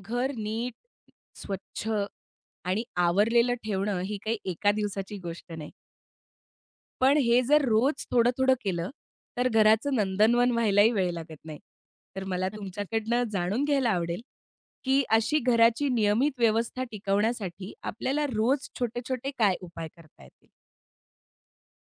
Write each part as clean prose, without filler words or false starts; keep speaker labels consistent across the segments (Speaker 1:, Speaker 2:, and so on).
Speaker 1: घर नीट, स्वच्छ आणि आवरलेलं ठेवणं ही काही एका दिवसाची गोष्ट नाही. पण हे जर
Speaker 2: हो,
Speaker 1: रोज थोडं-थोडं केलं, तर घराचं नंदनवन व्हायलाही वेळ लागत नाही. तर मला
Speaker 2: नक्कीच.
Speaker 1: तुमच्याकडनं जाणून घ्यायला आवडेल, की अशी घराची नियमित व्यवस्था टिकवण्यासाठी आपल्याला रोज छोटे-छोटे काय उपाय करता येतील?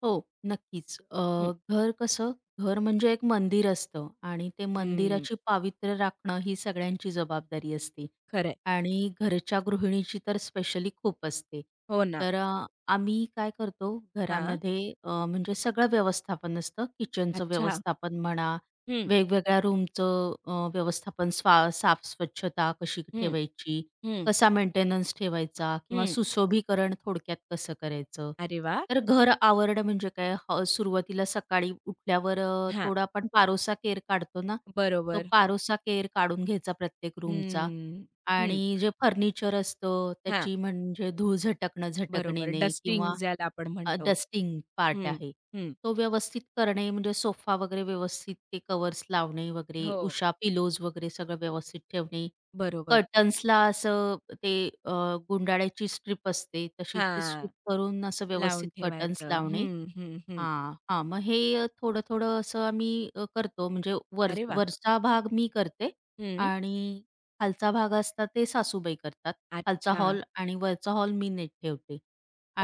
Speaker 2: हो, नक्कीच.
Speaker 1: हं.
Speaker 2: घर कसं, घर म्हणजे एक मंदिर असतं आणि ते
Speaker 1: हं,
Speaker 2: मंदिराची पावित्र्य राखणं ही सगळ्यांची जबाबदारी असते
Speaker 1: खरंय.
Speaker 2: आणि घरच्या गृहिणीची तर स्पेशली खूप असते.
Speaker 1: हो ना.
Speaker 2: तर आम्ही काय करतो
Speaker 1: हां.
Speaker 2: घरामध्ये म्हणजे सगळं व्यवस्थापन असतं. किचनचं
Speaker 1: अच्छा.
Speaker 2: व्यवस्थापन म्हणा,
Speaker 1: हं,
Speaker 2: वेगवेगळ्या रूमचं व्यवस्थापन साफ-स्वच्छता कशी
Speaker 1: हं,
Speaker 2: ठेवायची,
Speaker 1: हं,
Speaker 2: कसा मेंटेनन्स ठेवायचा किंवा
Speaker 1: हं.
Speaker 2: सुशोभीकरण थोडक्यात कसं करायचं?
Speaker 1: अरे वाह!
Speaker 2: तर घर आवरणं म्हणजे काय? सुरुवातीला सकाळी उठल्यावर
Speaker 1: हां,
Speaker 2: थोडा आपण पारोसा केर काढतो ना, तो
Speaker 1: बरोबर.
Speaker 2: पारोसा केर काढून घ्यायचा प्रत्येक रूमचा
Speaker 1: हं, हं.
Speaker 2: आणि जे फर्निचर असतं
Speaker 1: हां.
Speaker 2: त्याची म्हणजे धूळ झटकणं
Speaker 1: बरोबर,
Speaker 2: झटकणीने
Speaker 1: डस्टिंग
Speaker 2: किंवा
Speaker 1: ज्याला आपण म्हणतो.
Speaker 2: डस्टिंग पार्ट
Speaker 1: हं,
Speaker 2: आहे.
Speaker 1: हं.
Speaker 2: तो व्यवस्थित करणे म्हणजे सोफा वगैरे व्यवस्थित ते कव्हर्स लावणे वगैरे,
Speaker 1: हो.
Speaker 2: उषा पिलोज वगैरे सगळं व्यवस्थित ठेवणे.
Speaker 1: बरोबर.
Speaker 2: कर्टन्सला असं ते अ, गुंडाळ्याची स्ट्रिप असते तशी ती
Speaker 1: हां,
Speaker 2: स्ट्रिप करून असं
Speaker 1: लावून
Speaker 2: व्यवस्थित कर्टन्स
Speaker 1: ठेवायचं.
Speaker 2: लावणे.
Speaker 1: हं, हं, हं.
Speaker 2: हा, हां. मग हे थोडं-थोडं असं आम्ही करतो म्हणजे वर
Speaker 1: अरे वाह!
Speaker 2: वरचा भाग मी करते
Speaker 1: हं,
Speaker 2: आणि खालचा भाग असता ते सासूबाई करतात. खालचा
Speaker 1: अच्छा.
Speaker 2: हॉल आणि वरचा हॉल मी नीट ठेवते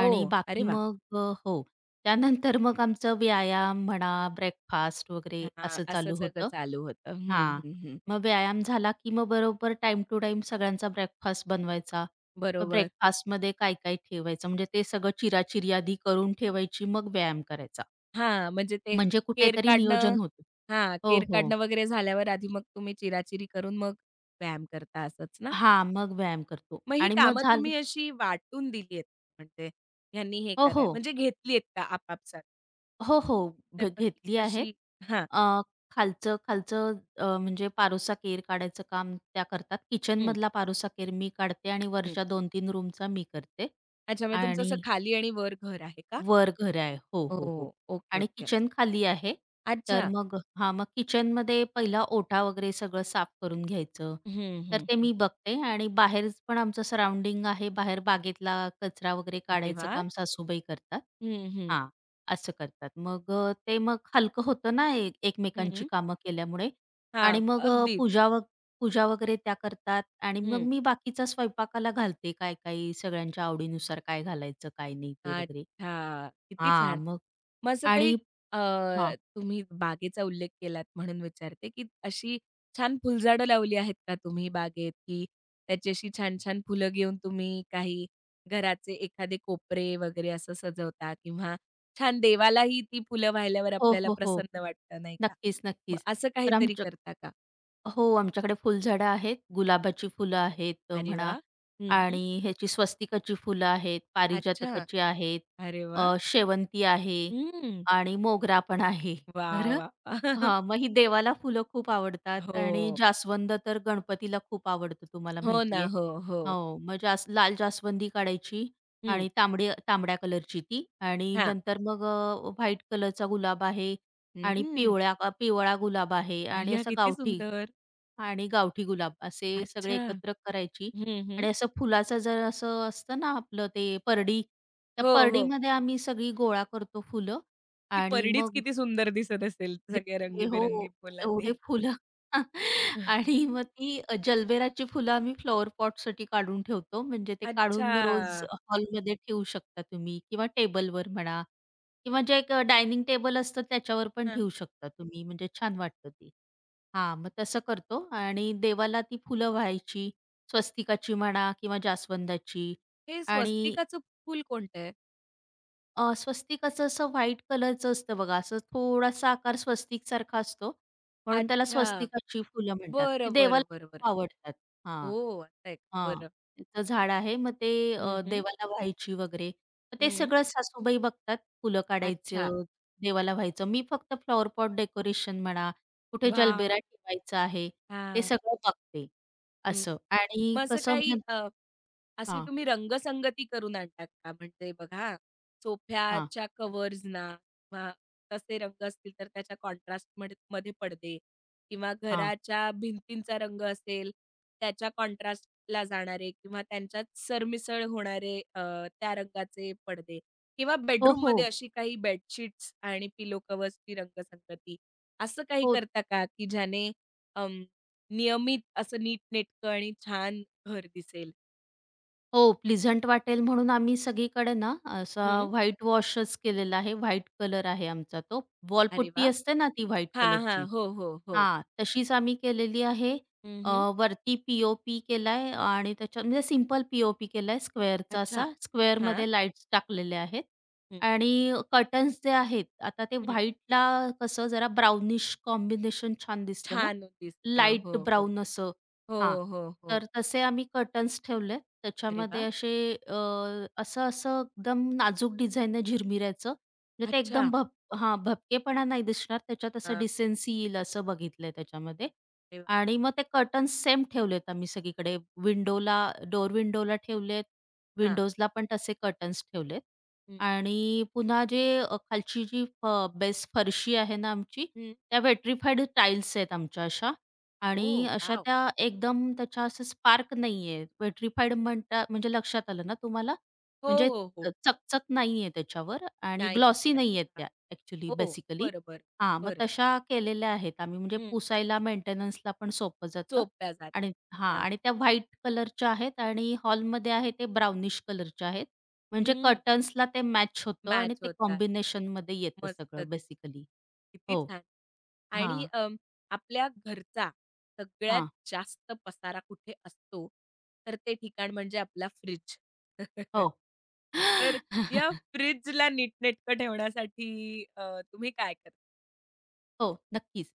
Speaker 2: आणि
Speaker 1: ओह! अरे
Speaker 2: बाकी
Speaker 1: वाह!
Speaker 2: मग हो. त्यानंतर मग आमचं व्यायाम म्हणा, ब्रेकफास्ट वगैरे
Speaker 1: हां,
Speaker 2: असं
Speaker 1: असं
Speaker 2: चालू
Speaker 1: सगळं
Speaker 2: होतं.
Speaker 1: चालू होतं. हं,
Speaker 2: हां.
Speaker 1: हं, हं.
Speaker 2: मग व्यायाम झाला की मग बरोबर टाईम टू टाईम सगळ्यांचा ब्रेकफास्ट बनवायचा. मग
Speaker 1: बरोबर.
Speaker 2: ब्रेकफास्टमध्ये काय-काय ठेवायचं म्हणजे ते सगळं चिरा आधी करून ठेवायची, मग व्यायाम करायचा.
Speaker 1: हां, म्हणजे ते
Speaker 2: म्हणजे
Speaker 1: केर
Speaker 2: कुठेतरी
Speaker 1: काढणं.
Speaker 2: नियोजन होतं.
Speaker 1: हां,
Speaker 2: हो,
Speaker 1: केर
Speaker 2: हो.
Speaker 1: काढणं वगैरे झाल्यावर आधी मग तुम्ही चिराचिरी करून मग व्यायाम करता असंच ना?
Speaker 2: हां, मग व्यायाम करतो
Speaker 1: मग ही
Speaker 2: आणि
Speaker 1: कामं
Speaker 2: मग झालं.
Speaker 1: तुम्ही अशी वाटून दिली आहेत, म्हणजे ह्यांनी हे
Speaker 2: हो,
Speaker 1: कराय
Speaker 2: हो.
Speaker 1: म्हणजे घेतली आहेत का आपापसात?
Speaker 2: हो, हो.
Speaker 1: तर मग ती
Speaker 2: घेतली आहे.
Speaker 1: कशी? हां.
Speaker 2: अ, खालचं खालचं म्हणजे पारोसा केर काढायचं काम त्या करतात.
Speaker 1: हं,
Speaker 2: किचनमधला पारोसा केर मी काढते आणि
Speaker 1: हं.
Speaker 2: वरच्या 2-3 रूमचा मी करते
Speaker 1: अच्छा, म्हणजे तुमचं असं
Speaker 2: आणि
Speaker 1: खाली आणि वर घर आहे का?
Speaker 2: वर घर आहे. हो, हो, हो.
Speaker 1: हो. ओके,
Speaker 2: आणि
Speaker 1: ओके.
Speaker 2: किचन खाली आहे. तर
Speaker 1: अच्छा.
Speaker 2: मग हां, मग किचनमध्ये पहिला ओटा वगैरे सगळं साफ करून घ्यायचं.
Speaker 1: हं,
Speaker 2: तर
Speaker 1: हं,
Speaker 2: ते
Speaker 1: हं.
Speaker 2: मी बघते आणि बाहेर पण आमचं सराउंडिंग आहे. बाहेर बागेतला कचरा वगैरे
Speaker 1: अरे
Speaker 2: काढायचं
Speaker 1: वाह!
Speaker 2: काम सासूबाई करतात.
Speaker 1: हं, हं.
Speaker 2: हां, असं करतात. मग ते मग हलकं होतं ना एकमेकांची
Speaker 1: हं.
Speaker 2: कामं केल्यामुळे
Speaker 1: हां,
Speaker 2: आणि मग
Speaker 1: अगदी.
Speaker 2: पूजा वगैरे त्या करतात आणि मग
Speaker 1: हं.
Speaker 2: मी बाकीचा स्वयंपाकाला घालते काय-काय सगळ्यांच्या आवडीनुसार काय घालायचं, काय नाही ते वगैरे.
Speaker 1: अच्छा. किती
Speaker 2: हां,
Speaker 1: छान.
Speaker 2: मग
Speaker 1: मग असं
Speaker 2: आणि
Speaker 1: काही अ,
Speaker 2: हां.
Speaker 1: तुम्ही बागेचा उल्लेख केलात म्हणून विचारते, की अशी छान फुलझाडं लावली आहेत का तुम्ही बागेत, की त्याची अशी छान-छान फुलं घेऊन तुम्ही काही घराचे एखादे कोपरे वगैरे असं सजवता किंवा छान देवालाही ती फुलं वाहिल्यावर
Speaker 2: हो,
Speaker 1: आपल्याला
Speaker 2: हो, हो.
Speaker 1: प्रसन्न वाटतं, नाही का?
Speaker 2: नक्कीच,
Speaker 1: मग
Speaker 2: नक्कीच.
Speaker 1: असं
Speaker 2: तर
Speaker 1: काहीतरी
Speaker 2: आमच्या
Speaker 1: करता का?
Speaker 2: हो, आमच्याकडे फुलझाडं आहेत. गुलाबाची फुलं आहेत
Speaker 1: अरे
Speaker 2: म्हणा
Speaker 1: वाह! हं, हं.
Speaker 2: आणि ह्याची स्वस्तिकाची फुलं आहेत,
Speaker 1: अच्छा.
Speaker 2: पारिजातकाची आहेत,
Speaker 1: अरे वाह!
Speaker 2: शेवंती आहे
Speaker 1: हं.
Speaker 2: आणि मोगरा पण आहे. तर
Speaker 1: वाह, वाह!
Speaker 2: हां, मग ही देवाला फुलं खूप आवडतात आणि
Speaker 1: हो.
Speaker 2: जास्वंद तर गणपतीला खूप आवडतं तुम्हाला
Speaker 1: हो
Speaker 2: माहिती
Speaker 1: ना.
Speaker 2: आहे.
Speaker 1: हो, हो.
Speaker 2: हो, मग लाल जास्वंदी काढायची
Speaker 1: हं,
Speaker 2: आणि तांबड्या कलरची ती आणि
Speaker 1: हां.
Speaker 2: नंतर मग व्हाईट कलरचा गुलाब आहे आणि
Speaker 1: हं.
Speaker 2: पिवळा गुलाब आहे आणि
Speaker 1: अय्या!
Speaker 2: असं
Speaker 1: किती
Speaker 2: गावठी
Speaker 1: सुंदर.
Speaker 2: आणि गावठी गुलाब असे
Speaker 1: अच्छा.
Speaker 2: सगळे एकत्र करायची
Speaker 1: हं, हं.
Speaker 2: आणि असं फुलाचं जर असं असतं ना आपलं ते परडी, त्या
Speaker 1: हो, हो.
Speaker 2: परडीमध्ये आम्ही सगळी गोळा करतो फुलं
Speaker 1: ती
Speaker 2: आणि
Speaker 1: परडीच
Speaker 2: मग
Speaker 1: किती सुंदर दिसत असेल सगळ्या
Speaker 2: दिसते
Speaker 1: रंगीबेरंगी
Speaker 2: हो, एवढे
Speaker 1: फुलांनी.
Speaker 2: फुलं आणि मग ती जलबेराची फुलं आम्ही फ्लॉवर पॉटसाठी काढून ठेवतो. म्हणजे ते काढून रोज
Speaker 1: अच्छा.
Speaker 2: हॉलमध्ये ठेवू शकता तुम्ही किंवा टेबलवर म्हणा किंवा जे एक डायनिंग टेबल असतं त्याच्यावर पण
Speaker 1: हां.
Speaker 2: ठेवू शकता तुम्ही. म्हणजे छान वाटतं ती. हां, मग तसं करतो आणि देवाला ती फुलं वाहायची, स्वस्तिकाची म्हणा किंवा जास्वंदाची
Speaker 1: हे
Speaker 2: आणि
Speaker 1: स्वस्तिकाचं फूल कोणतं आहे?
Speaker 2: स्वस्तिकाचं असं व्हाईट कलरचं असतं बघा, असं थोडासा आकार स्वस्तिकसारखा असतो, म्हणून त्याला
Speaker 1: अच्छा.
Speaker 2: स्वस्तिकाची फुलं म्हणतात. ती
Speaker 1: बरं, बरं,
Speaker 2: देवाला
Speaker 1: बरं, बरं.
Speaker 2: खूप आवडतात. हां,
Speaker 1: हो, असं आहे.
Speaker 2: हां.
Speaker 1: बरं.
Speaker 2: त्याचं झाड आहे. मग ते
Speaker 1: हं, हं.
Speaker 2: देवाला व्हायची वगैरे. मग ते
Speaker 1: हं.
Speaker 2: सगळं सासूबाई बघतात, फुलं
Speaker 1: अच्छा.
Speaker 2: काढायचं, देवाला व्हायचं. मी फक्त फ्लॉवर पॉट डेकोरेशन म्हणा, कुठे
Speaker 1: वॉव!
Speaker 2: जलबेरा ठेवायचा आहे, ते
Speaker 1: हां.
Speaker 2: सगळं बघते,
Speaker 1: हं.
Speaker 2: असं. आणि
Speaker 1: मग असं
Speaker 2: कसं
Speaker 1: काही
Speaker 2: म्हण
Speaker 1: अशी
Speaker 2: हां,
Speaker 1: तुम्ही रंगसंगती करून आणतात का? म्हणजे बघा,
Speaker 2: हां,
Speaker 1: सोफ्याच्या कव्हर्सना किंवा तसे रंग असतील तर त्याच्या कॉन्ट्रास्टमध्ये मध्ये मध्ये पडदे किंवा
Speaker 2: हां.
Speaker 1: घराच्या भिंतींचा रंग असेल, त्याच्या कॉन्ट्रास्टला जाणारे किंवा त्यांच्यात सरमिसळ होणारे त्या रंगाचे पडदे किंवा
Speaker 2: हो, हो.
Speaker 1: बेडरूममध्ये अशी काही बेडशीट्स आणि पिलो कव्हर्सची रंगसंगती. असं काही
Speaker 2: हो.
Speaker 1: करता का, की ज्याने अं, नियमित असं नीटनेटकं आणि छान घर दिसेल?
Speaker 2: हो, प्लीझंट वाटेल म्हणून आम्ही सगळीकडे ना, असा
Speaker 1: हं.
Speaker 2: व्हाईट वॉशच केलेला आहे. व्हाईट कलर आहे आमचा तो.
Speaker 1: अरे
Speaker 2: वॉलपुट्टी
Speaker 1: वाह!
Speaker 2: असते ना ती व्हाईट
Speaker 1: हां, हां.
Speaker 2: कलरची.
Speaker 1: हो, हो, हो.
Speaker 2: हां, तशीच आम्ही केलेली आहे.
Speaker 1: हं,
Speaker 2: अ,
Speaker 1: हं.
Speaker 2: वरती पी-ओ-पी केलाय आणि त्याच्या म्हणजे सिंपल पी-ओ-पी केलाय स्क्वेअरचा
Speaker 1: अच्छा.
Speaker 2: असा.
Speaker 1: हां.
Speaker 2: स्क्वेअरमध्ये लाईट्स टाकलेल्या आहेत
Speaker 1: हं,
Speaker 2: आणि कर्टन्स जे आहेत, आता ते
Speaker 1: हं.
Speaker 2: व्हाईटला कसं जरा ब्राउनिश कॉम्बिनेशन छान दिसतं ना,
Speaker 1: छान दिसतं. हो,
Speaker 2: लाईट
Speaker 1: हो.
Speaker 2: ब्राउन असं.
Speaker 1: हो,
Speaker 2: हां.
Speaker 1: हो, हो.
Speaker 2: तर तसे आम्ही कर्टन्स ठेवले.
Speaker 1: अरे
Speaker 2: त्याच्यामध्ये
Speaker 1: वाह!
Speaker 2: असे अ, असं-असं एकदम नाजूक डिझाईनने झिरमिरायचं. म्हणजे ते
Speaker 1: अच्छा.
Speaker 2: एकदम हां, भपकेपणा नाही दिसणार. त्याच्यात असं
Speaker 1: अ,
Speaker 2: डिसेन्सी येईल असं बघितलंय त्याच्यामध्ये.
Speaker 1: अरे वाह!
Speaker 2: आणि मग ते कर्टन्स सेम ठेवलेत आम्ही सगळीकडे. विंडोला डोअर विंडोला ठेवलेत.
Speaker 1: हां.
Speaker 2: विंडोजला पण तसे कर्टन्स ठेवलेत.
Speaker 1: हं,
Speaker 2: आणि पुन्हा जे खालची जी फ फरशी आहे ना आमची,
Speaker 1: हं.
Speaker 2: त्या विट्रिफाईड टाईल्स आहेत आमच्या अशा.
Speaker 1: ओह
Speaker 2: आणि अशा
Speaker 1: वॉव!
Speaker 2: त्या एकदम त्याच्या असं स्पार्क नाहीये. पेट्रिफाईड म्हणता म्हणजे लक्षात आलं ना तुम्हाला?
Speaker 1: हो,
Speaker 2: म्हणजे
Speaker 1: हो, हो.
Speaker 2: चकचक नाहीये त्याच्यावर आणि
Speaker 1: नाही.
Speaker 2: ग्लॉसी नाहीयेत
Speaker 1: अच्छा.
Speaker 2: त्या ॲक्चुअली
Speaker 1: हो.
Speaker 2: बेसिकली.
Speaker 1: बरं, बरं,
Speaker 2: हां, मग
Speaker 1: बरं.
Speaker 2: तशा केलेल्या आहेत आम्ही म्हणजे
Speaker 1: हं.
Speaker 2: पुसायला, मेंटेनन्सला पण सोपं जातं
Speaker 1: सोप्या जात.
Speaker 2: आणि हां,
Speaker 1: हां.
Speaker 2: आणि त्या व्हाईट कलरच्या आहेत आणि हॉलमध्ये आहे ते ब्राउनिश कलरच्या आहेत. म्हणजे
Speaker 1: हं.
Speaker 2: कर्टन्सला ते मॅच होतं आणि
Speaker 1: मॅच
Speaker 2: ते
Speaker 1: होतात.
Speaker 2: कॉम्बिनेशनमध्ये येतं
Speaker 1: मस्त
Speaker 2: सगळं
Speaker 1: दिसतं.
Speaker 2: बेसिकली.
Speaker 1: किती
Speaker 2: हो.
Speaker 1: छान! आणि
Speaker 2: हां,
Speaker 1: आपल्या घरचा सगळ्यात
Speaker 2: हां.
Speaker 1: जास्त पसारा कुठे असतो, तर ते ठिकाण म्हणजे आपला फ्रिज.
Speaker 2: हो.
Speaker 1: तर या फ्रिजला नीटनेटकं ठेवण्यासाठी तुम्ही काय करता?
Speaker 2: हो, नक्कीच.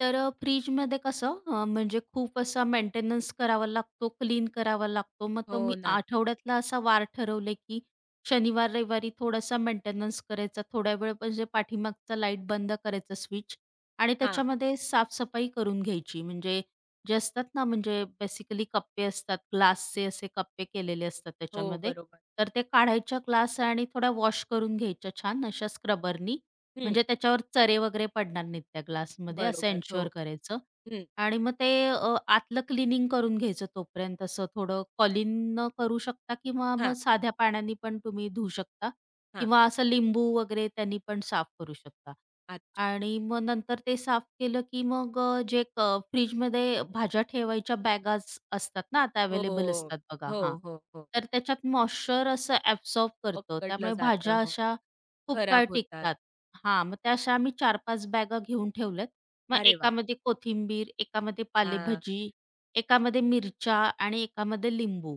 Speaker 2: तर फ्रिजमध्ये कसं म्हणजे खूप असा मेंटेनन्स करावा लागतो, क्लीन करावा लागतो. मग तो
Speaker 1: हो
Speaker 2: मी
Speaker 1: ना.
Speaker 2: आठवड्यातला असा वार ठरवले, की शनिवार, रविवारी थोडासा मेंटेनन्स करायचा. थोड्या वेळ म्हणजे पाठीमागचा लाईट बंद करायचा स्विच आणि
Speaker 1: हां.
Speaker 2: त्याच्यामध्ये साफसफाई करून घ्यायची. म्हणजे जे असतात ना, म्हणजे बेसिकली कप्पे असतात, ग्लासचे असे कप्पे केलेले असतात
Speaker 1: हो,
Speaker 2: त्याच्यामध्ये.
Speaker 1: बरोबर.
Speaker 2: तर ते काढायच्या ग्लास आणि थोड्या वॉश करून घ्यायच्या छान अशा स्क्रबरनी
Speaker 1: हं.
Speaker 2: म्हणजे त्याच्यावर चरे वगैरे पडणार नाहीत त्या ग्लासमध्ये असं
Speaker 1: बरोबर. हो.
Speaker 2: एन्शुअर करायचं.
Speaker 1: हं.
Speaker 2: आणि मग ते आतलं क्लीनिंग करून घ्यायचं तोपर्यंत असं थोडं कॉलिननं करू शकता किंवा मग
Speaker 1: हां,
Speaker 2: साध्या पाण्याने पण तुम्ही धुऊ शकता
Speaker 1: हां.
Speaker 2: किंवा असं लिंबू वगैरे त्यांनी पण साफ करू शकता.
Speaker 1: अच्छा.
Speaker 2: आणि मग नंतर ते साफ केलं की मग जे क फ्रिजमध्ये भाज्या ठेवायच्या बॅगा असतात ना आता
Speaker 1: हो.
Speaker 2: अवेलेबल असतात बघा
Speaker 1: हो,
Speaker 2: हां.
Speaker 1: हो, हो.
Speaker 2: तर त्याच्यात मॉइश्चर असं ॲब्सॉर्ब करतं.
Speaker 1: पकडलं
Speaker 2: त्यामुळे
Speaker 1: जातं.
Speaker 2: भाज्या
Speaker 1: हो.
Speaker 2: अशा खूप
Speaker 1: खराब
Speaker 2: काळ
Speaker 1: होतात.
Speaker 2: टिकतात. हां, मग त्या अशा आम्ही 4-5 बॅगा घेऊन ठेवल्यात. मग
Speaker 1: अरे वाह!
Speaker 2: एकामध्ये कोथिंबीर, एकामध्ये
Speaker 1: हां.
Speaker 2: पालेभाजी, एकामध्ये मिरच्या आणि एकामध्ये लिंबू.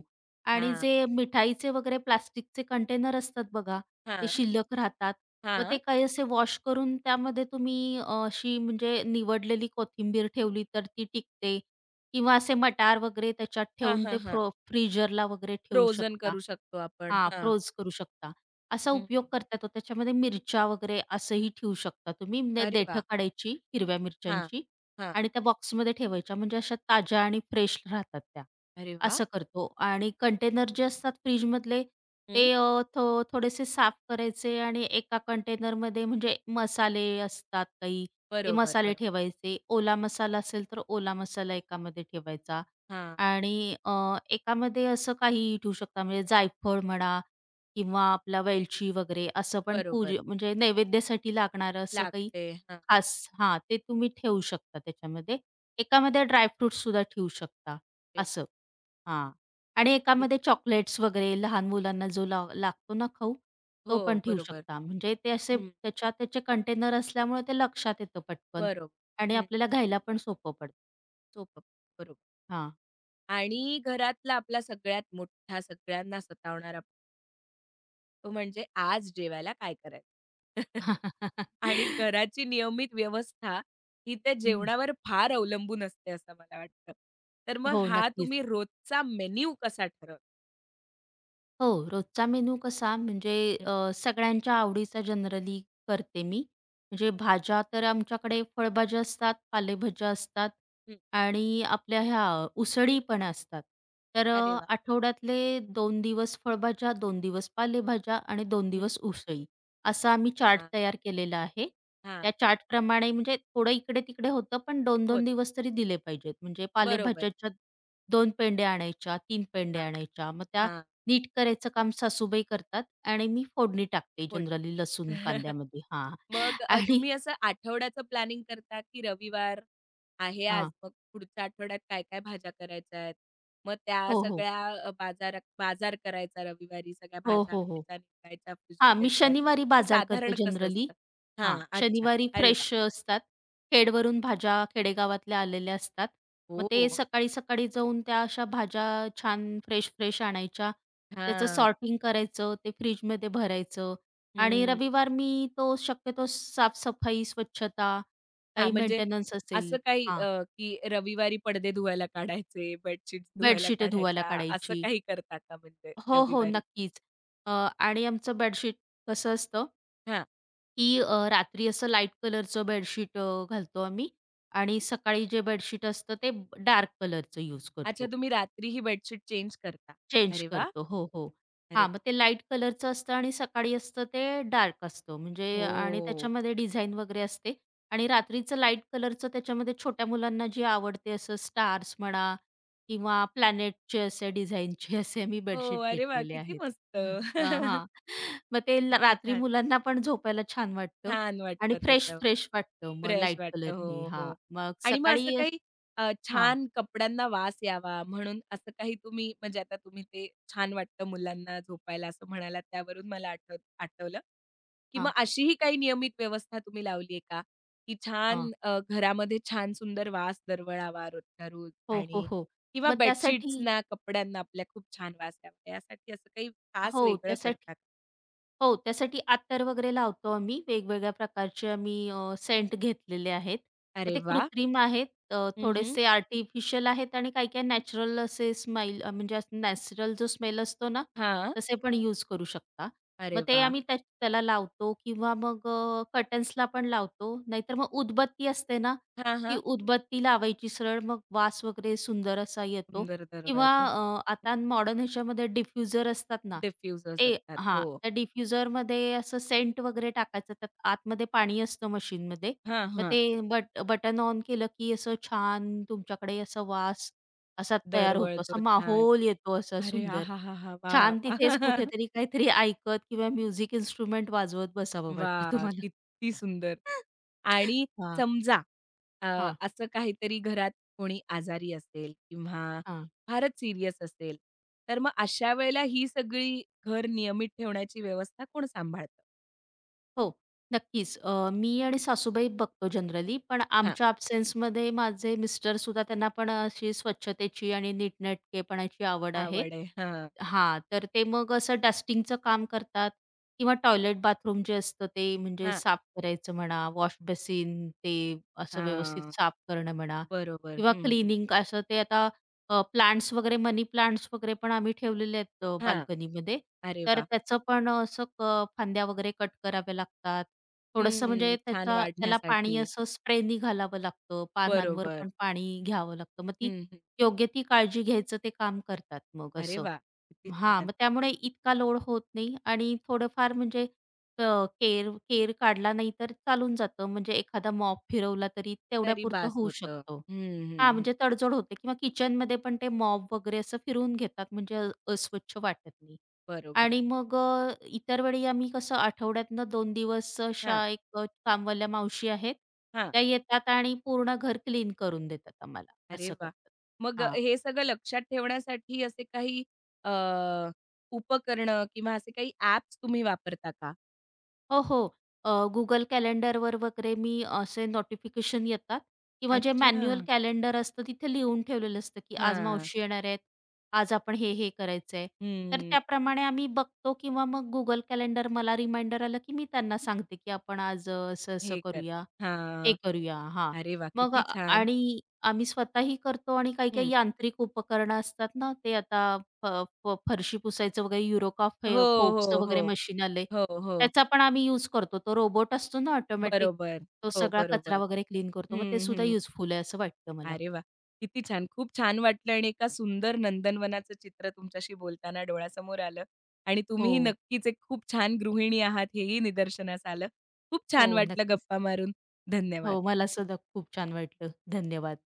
Speaker 2: आणि
Speaker 1: हां.
Speaker 2: जे मिठाईचे वगैरे प्लास्टिकचे कंटेनर असतात बघा, ते
Speaker 1: हां.
Speaker 2: शिल्लक राहतात. मग
Speaker 1: हां.
Speaker 2: ते काही असे वॉश करून त्यामध्ये तुम्ही अशी म्हणजे निवडलेली कोथिंबीर ठेवली तर ती टिकते किंवा असे मटार वगैरे त्याच्यात
Speaker 1: हां,
Speaker 2: ठेवून
Speaker 1: हां,
Speaker 2: ते
Speaker 1: हां.
Speaker 2: फ्रीजरला वगैरे ठेवू
Speaker 1: फ्रोझन
Speaker 2: शकता.
Speaker 1: करू शकतो आपण.
Speaker 2: हां,
Speaker 1: हां.
Speaker 2: फ्रोज करू शकता. असा
Speaker 1: हं.
Speaker 2: उपयोग करता येतो. त्याच्यामध्ये मिरच्या वगैरे असंही ठेवू शकता तुम्ही. म्हणजे
Speaker 1: अरे
Speaker 2: देठं
Speaker 1: वाह!
Speaker 2: काढायची हिरव्या
Speaker 1: हां.
Speaker 2: मिरच्यांची
Speaker 1: हां.
Speaker 2: आणि त्या बॉक्समध्ये ठेवायच्या म्हणजे अशा ताज्या आणि फ्रेश राहतात त्या.
Speaker 1: अरे वाह!
Speaker 2: असं करतो आणि कंटेनर जे असतात फ्रिजमधले
Speaker 1: हं.
Speaker 2: ते थोडेसे साफ करायचे आणि एका कंटेनरमध्ये म्हणजे मसाले असतात काही, ते
Speaker 1: बरोबर,
Speaker 2: मसाले
Speaker 1: बरोबर.
Speaker 2: ठेवायचे. ओला मसाला असेल तर ओला मसाला एकामध्ये ठेवायचा.
Speaker 1: हां.
Speaker 2: आणि एकामध्ये असं काहीही ठेवू शकता म्हणजे जायफळ म्हणा किंवा आपला वेलची वगैरे असं पण
Speaker 1: बरोबर.
Speaker 2: म्हणजे नैवेद्यासाठी लागणारं असं काही
Speaker 1: लागते. हां.
Speaker 2: खास हां, ते तुम्ही ठेवू शकता त्याच्यामध्ये. एकामध्ये ड्रायफ्रुट्स सुद्धा ठेवू शकता
Speaker 1: अरे वाह!
Speaker 2: असं. हां. आणि
Speaker 1: कित
Speaker 2: एकामध्ये चॉकलेट्स वगैरे लहान मुलांना जो ला लागतो ना खाऊ,
Speaker 1: हो,
Speaker 2: तो पण ठेवू
Speaker 1: बरोबर.
Speaker 2: शकता. म्हणजे ते असे
Speaker 1: हं.
Speaker 2: त्याच्यात त्याचे कंटेनर असल्यामुळे ते लक्षात येतं पटकन
Speaker 1: बरोबर.
Speaker 2: आणि
Speaker 1: हं.
Speaker 2: आपल्याला घ्यायला पण सोपं पडतं.
Speaker 1: सोपं. बरोबर.
Speaker 2: हां.
Speaker 1: आणि घरातला आपला सगळ्यात मोठा, सगळ्यांना सतावणारा तो म्हणजे आज जेवायला काय करायचं? आणि घराची नियमित व्यवस्था ही त्या
Speaker 2: हं.
Speaker 1: जेवणावर फार अवलंबून असते असं मला वाटतं. तर मग
Speaker 2: हो,
Speaker 1: हा
Speaker 2: नक्कीच.
Speaker 1: तुम्ही रोजचा मेन्यू कसा ठरवता?
Speaker 2: हो, रोजचा मेनू कसा म्हणजे
Speaker 1: हं,
Speaker 2: सगळ्यांच्या आवडीचा जनरली करते मी. म्हणजे भाज्या तर आमच्याकडे फळभाज्या असतात, पालेभाज्या असतात
Speaker 1: हं.
Speaker 2: आणि आपल्या ह्या उसळी पण असतात. तर
Speaker 1: अरे वाह!
Speaker 2: आठवड्यातले 2 दिवस फळभाज्या, 2 दिवस पालेभाज्या आणि 2
Speaker 1: हं.
Speaker 2: दिवस उसळी असा आम्ही चार्ट
Speaker 1: हां,
Speaker 2: तयार केलेला आहे.
Speaker 1: हां.
Speaker 2: त्या चार्टप्रमाणे म्हणजे थोडं इकडे-तिकडे होतं, पण 2-2
Speaker 1: होत
Speaker 2: दिवस तरी दिले पाहिजेत. म्हणजे
Speaker 1: बरोबर आहे.
Speaker 2: पालेभाज्याच्या 2 पेंड्या आणायच्या, 3 पेंड्या
Speaker 1: हां,
Speaker 2: आणायच्या. मग त्या
Speaker 1: हां.
Speaker 2: नीट करायचं काम सासूबाई करतात आणि मी फोडणी टाकते
Speaker 1: फोड
Speaker 2: जनरली लसूण कांद्यामध्ये. हां.
Speaker 1: मग
Speaker 2: आणि
Speaker 1: तुम्ही असं आठवड्याचं प्लॅनिंग करता, की रविवार आहे आज,
Speaker 2: हां.
Speaker 1: मग पुढच्या आठवड्यात काय-काय भाज्या करायच्या आहेत? मग त्या
Speaker 2: हो, हो.
Speaker 1: सगळ्या बाजारात बाजार करायचा रविवारी, सगळ्या
Speaker 2: हो,
Speaker 1: भाज्या
Speaker 2: हो, हो.
Speaker 1: आणायच्या, निवडायच्या,
Speaker 2: हां,
Speaker 1: फ्रिजमध्ये
Speaker 2: मी
Speaker 1: ठेवायच्या.
Speaker 2: शनिवारी
Speaker 1: तर
Speaker 2: बाजार
Speaker 1: साधारण
Speaker 2: करते
Speaker 1: कसं
Speaker 2: जनरली.
Speaker 1: असतं?
Speaker 2: हां,
Speaker 1: हां, अच्छा.
Speaker 2: शनिवारी
Speaker 1: अरे
Speaker 2: फ्रेश
Speaker 1: वाह!
Speaker 2: असतात. खेडवरून भाज्या खेडेगावातल्या आलेल्या असतात. मग ते
Speaker 1: ओह!
Speaker 2: सकाळी-सकाळी जाऊन त्या अशा भाज्या छान फ्रेश-फ्रेश आणायच्या. त्याचं
Speaker 1: हां,
Speaker 2: सॉर्टिंग करायचं, ते फ्रिजमध्ये भरायचं आणि
Speaker 1: हं.
Speaker 2: रविवार मी तो शक्यतो साफसफाई, स्वच्छता,
Speaker 1: हां,
Speaker 2: काही
Speaker 1: म्हणजे
Speaker 2: मेंटेनन्स
Speaker 1: असं
Speaker 2: असेल.
Speaker 1: काही
Speaker 2: हां.
Speaker 1: की रविवारी पडदे धुवायला काढायचे, बेडशीट्स धुवायला
Speaker 2: बेडशीटे धुवायला
Speaker 1: काढायच्या, असं
Speaker 2: काढायची.
Speaker 1: काही करता का म्हणजे
Speaker 2: हो, हो,
Speaker 1: रविवारी?
Speaker 2: नक्कीच. अ, आणि आमचं बेडशीट कसं असतं,
Speaker 1: हां.
Speaker 2: की रात्री असं लाईट कलरचं बेडशीट घालतो आम्ही आणि सकाळी जे बेडशीट असतं ते डार्क कलरचं यूज
Speaker 1: अच्छा,
Speaker 2: करतो.
Speaker 1: तुम्ही रात्री ही बेडशीट चेंज करता.
Speaker 2: चेंज
Speaker 1: अरे वा,
Speaker 2: करतो. हो, हो.
Speaker 1: अरे
Speaker 2: हां, मग
Speaker 1: वाह!
Speaker 2: ते लाईट कलरचं असतं आणि सकाळी असतं ते डार्क असतं म्हणजे आणि
Speaker 1: हो.
Speaker 2: त्याच्यामध्ये डिझाईन वगैरे असते आणि रात्रीचं लाईट कलरचं त्याच्यामध्ये छोट्या मुलांना जे आवडते असं स्टार्स म्हणा किंवा प्लॅनेटचे असे डिझाईनचे असे मी
Speaker 1: हो,
Speaker 2: बेडशीट
Speaker 1: अरे वाह!
Speaker 2: घेतलेले
Speaker 1: किती
Speaker 2: आहेत.
Speaker 1: मस्त.
Speaker 2: हां, हां. मग ते
Speaker 1: किती
Speaker 2: रात्री
Speaker 1: छान.
Speaker 2: मुलांना पण झोपायला छान वाटतं
Speaker 1: छान
Speaker 2: आणि
Speaker 1: वाटतं
Speaker 2: फ्रेश,
Speaker 1: त्याच्यावर.
Speaker 2: फ्रेश वाटतं मग
Speaker 1: फ्रेश
Speaker 2: लाईट
Speaker 1: वाटतं.
Speaker 2: कलरनी.
Speaker 1: हो,
Speaker 2: हां,
Speaker 1: हो.
Speaker 2: मग
Speaker 1: आणि मग असं
Speaker 2: सकाळी
Speaker 1: काही
Speaker 2: हां,
Speaker 1: छान कपड्यांना वास यावा म्हणून असं काही तुम्ही म्हणजे आता तुम्ही ते छान वाटतं मुलांना झोपायला असं म्हणालात त्यावरून मला आठवलं. की मग
Speaker 2: हां,
Speaker 1: अशीही काही नियमित व्यवस्था तुम्ही लावली आहे का? की
Speaker 2: हां.
Speaker 1: छान घरामध्ये छान सुंदर वास दरवळावा रोजच्या रोज
Speaker 2: हो, हो,
Speaker 1: आणि
Speaker 2: हो.
Speaker 1: किंवा
Speaker 2: मग त्यासाठी
Speaker 1: बेडशीट्सना, कपड्यांना आपल्या खूप छान वास यावा यासाठी असं काही खास
Speaker 2: हो,
Speaker 1: वेगळं
Speaker 2: त्यासाठी
Speaker 1: करता का?
Speaker 2: हो, त्यासाठी अत्तर वगैरे लावतो आम्ही. वेगवेगळ्या प्रकारचे आम्ही सेंट घेतलेले आहेत. मग
Speaker 1: अरे
Speaker 2: ते
Speaker 1: वा,
Speaker 2: कृत्रिम आहेत,
Speaker 1: हं, हं.
Speaker 2: थोडेसे आर्टिफिशियल आहेत आणि काही-काही नॅचरल असे म्हणजे नॅचरल जो स्मेल असतो ना,
Speaker 1: हां.
Speaker 2: तसे पण यूज करू शकता. मग
Speaker 1: अरे
Speaker 2: ते
Speaker 1: वाह!
Speaker 2: आम्ही त्या त्याला लावतो किंवा मग पण लावतो. नाहीतर मग उदबत्ती असते ना,
Speaker 1: हां,
Speaker 2: ती
Speaker 1: हां.
Speaker 2: उदबत्ती लावायची सरळ मग वास वगैरे सुंदर असा येतो
Speaker 1: सुंदर
Speaker 2: किंवा
Speaker 1: दरवळतो.
Speaker 2: आता मॉडर्न ह्याच्यामध्ये डिफ्युजर असतात ना
Speaker 1: डिफ्युजर्स
Speaker 2: ते
Speaker 1: असतात.
Speaker 2: हां,
Speaker 1: हो.
Speaker 2: त्या डिफ्युजरमध्ये असं सेंट वगैरे टाकायचं. त्यात आतमध्ये पाणी असतं मशीनमध्ये.
Speaker 1: हां,
Speaker 2: मग
Speaker 1: हां.
Speaker 2: ते बटन ऑन केलं, की असं छान तुमच्याकडे असा वास असा तयार होतो.
Speaker 1: दरवळतो
Speaker 2: असा
Speaker 1: छान.
Speaker 2: माहोल येतो असा
Speaker 1: अरे
Speaker 2: सुंदर.
Speaker 1: आहाहाहा! वाह, वाह,
Speaker 2: छान
Speaker 1: वाह! वाह!
Speaker 2: तिथेच कुठेतरी काहीतरी ऐकत किंवा म्युझिक इन्स्ट्रुमेंट वाजवत बसावं वाटतं तुम्हाला.
Speaker 1: किती सुंदर. आणि
Speaker 2: हां,
Speaker 1: समजा अ,
Speaker 2: हां,
Speaker 1: असं काहीतरी घरात कोणी आजारी असेल किंवा
Speaker 2: हां.
Speaker 1: फारच सीरियस असेल, तर मग अशा वेळेला ही सगळी घर नियमित ठेवण्याची व्यवस्था कोण सांभाळतं?
Speaker 2: हो, नक्कीच. मी आणि सासूबाई बघतो जनरली, पण
Speaker 1: हां,
Speaker 2: आमच्या अब्सेन्समध्ये माझे मिस्टरसुद्धा त्यांना पण अशी स्वच्छतेची आणि नीटनेटकेपणाची आवड आहे.
Speaker 1: आवड आहे. हां,
Speaker 2: हां, तर ते मग असं डस्टिंगचं काम करतात किंवा टॉयलेट, बाथरूम जे असतं ते म्हणजे
Speaker 1: हां,
Speaker 2: साफ करायचं म्हणा, वॉश बेसिन ते असं व्यवस्थित
Speaker 1: हां.
Speaker 2: साफ करणं म्हणा
Speaker 1: बरोबर.
Speaker 2: किंवा
Speaker 1: हं, हं.
Speaker 2: क्लीनिंग असं ते आता प्लांट्स वगैरे मनी प्लांट्स वगैरे पण आम्ही ठेवलेले आहेत
Speaker 1: हां.
Speaker 2: बाल्कनीमध्ये.
Speaker 1: अरे
Speaker 2: तर
Speaker 1: वाह!
Speaker 2: त्याचं पण असं फांद्या वगैरे कट कराव्या लागतात. थोडंसं म्हणजे
Speaker 1: हं, छान
Speaker 2: त्याचा त्याला पाणी
Speaker 1: वाढण्यासाठी.
Speaker 2: असं स्प्रेनी घालावं लागतं. पानांवर
Speaker 1: बरोबर.
Speaker 2: पण पाणी घ्यावं लागतं. मग ती
Speaker 1: हं, हं.
Speaker 2: योग्य ती काळजी घ्यायचं ते काम करतात मग
Speaker 1: अरे
Speaker 2: असं.
Speaker 1: वाह! किती
Speaker 2: हां,
Speaker 1: छान.
Speaker 2: मग त्यामुळे इतका लोड होत नाही आणि थोडंफार म्हणजे अ, केर केर काढला नाही तर चालून जातं. म्हणजे एखादा मॉप फिरवला तरी
Speaker 1: तरी
Speaker 2: तेवढ्यापुरतं
Speaker 1: बास
Speaker 2: होऊ
Speaker 1: होतं.
Speaker 2: शकतो.
Speaker 1: हं, हं,
Speaker 2: हां,
Speaker 1: हं.
Speaker 2: म्हणजे तडजोड होते किंवा किचनमध्ये पण ते मॉप वगैरे असं फिरून घेतात म्हणजे अस्वच्छ वाटत नाही.
Speaker 1: बरोबर.
Speaker 2: आणि मग इतर वेळी आम्ही कसं आठवड्यातनं 2 दिवस
Speaker 1: हां,
Speaker 2: अशा एक कामवाल्या मावशी आहेत.
Speaker 1: हां.
Speaker 2: त्या येतात आणि पूर्ण घर क्लीन करून देतात आम्हाला,
Speaker 1: अरे
Speaker 2: असं
Speaker 1: वा,
Speaker 2: करतात.
Speaker 1: मग
Speaker 2: हां.
Speaker 1: हे सगळं लक्षात ठेवण्यासाठी असे काही अ, उपकरणं किंवा असे काही ॲप्स तुम्ही वापरता का?
Speaker 2: हो, हो. अ, Google कॅलेंडरवर वगैरे मी असे नोटिफिकेशन येतात किंवा जे
Speaker 1: अच्छा.
Speaker 2: मॅन्युअल कॅलेंडर असतं तिथे लिहून ठेवलेलं असतं, की आज
Speaker 1: हां.
Speaker 2: मावशी येणार आहेत, आज आपण हे-हे करायचंय. तर
Speaker 1: हं.
Speaker 2: त्याप्रमाणे आम्ही बघतो किंवा मग Google कॅलेंडर मला रिमाइंडर आलं, की मी त्यांना सांगते, की आपण आज असं-असं
Speaker 1: हे कर.
Speaker 2: करूया ते
Speaker 1: हां.
Speaker 2: करूया. हां.
Speaker 1: अरे वाह!
Speaker 2: मग
Speaker 1: किती छान.
Speaker 2: आणि आम्ही स्वतःही करतो आणि
Speaker 1: हं.
Speaker 2: काही-काही यांत्रिक उपकरणं असतात ना, ते आता फ फ फरशी पुसायचं वगैरे युरोका
Speaker 1: हो,
Speaker 2: फे फोप्सचं
Speaker 1: हो,
Speaker 2: वगैरे
Speaker 1: हो.
Speaker 2: मशीन आलंय.
Speaker 1: हो, हो.
Speaker 2: त्याचा पण आम्ही यूज करतो. तो रोबोट असतो ना ऑटोमॅटिक,
Speaker 1: बरोबर.
Speaker 2: तो
Speaker 1: हो,
Speaker 2: सगळा कचरा
Speaker 1: बरोबर.
Speaker 2: वगैरे क्लीन करतो. मग ते
Speaker 1: हं,
Speaker 2: सुद्धा
Speaker 1: हं.
Speaker 2: युजफुल आहे असं वाटतं मला.
Speaker 1: अरे वा, किती छान. खूप छान वाटलं आणि एका सुंदर नंदनवनाचं चित्र तुमच्याशी बोलताना डोळ्यासमोर आलं आणि तुम्हीही
Speaker 2: हो,
Speaker 1: नक्कीच एक खूप छान गृहिणी आहात हेही निदर्शनास आलं. खूप छान
Speaker 2: हो.
Speaker 1: वाटलं
Speaker 2: नक्कीच.
Speaker 1: गप्पा मारून. धन्यवाद.
Speaker 2: हो, मला सुद्धा खूप छान वाटलं. धन्यवाद.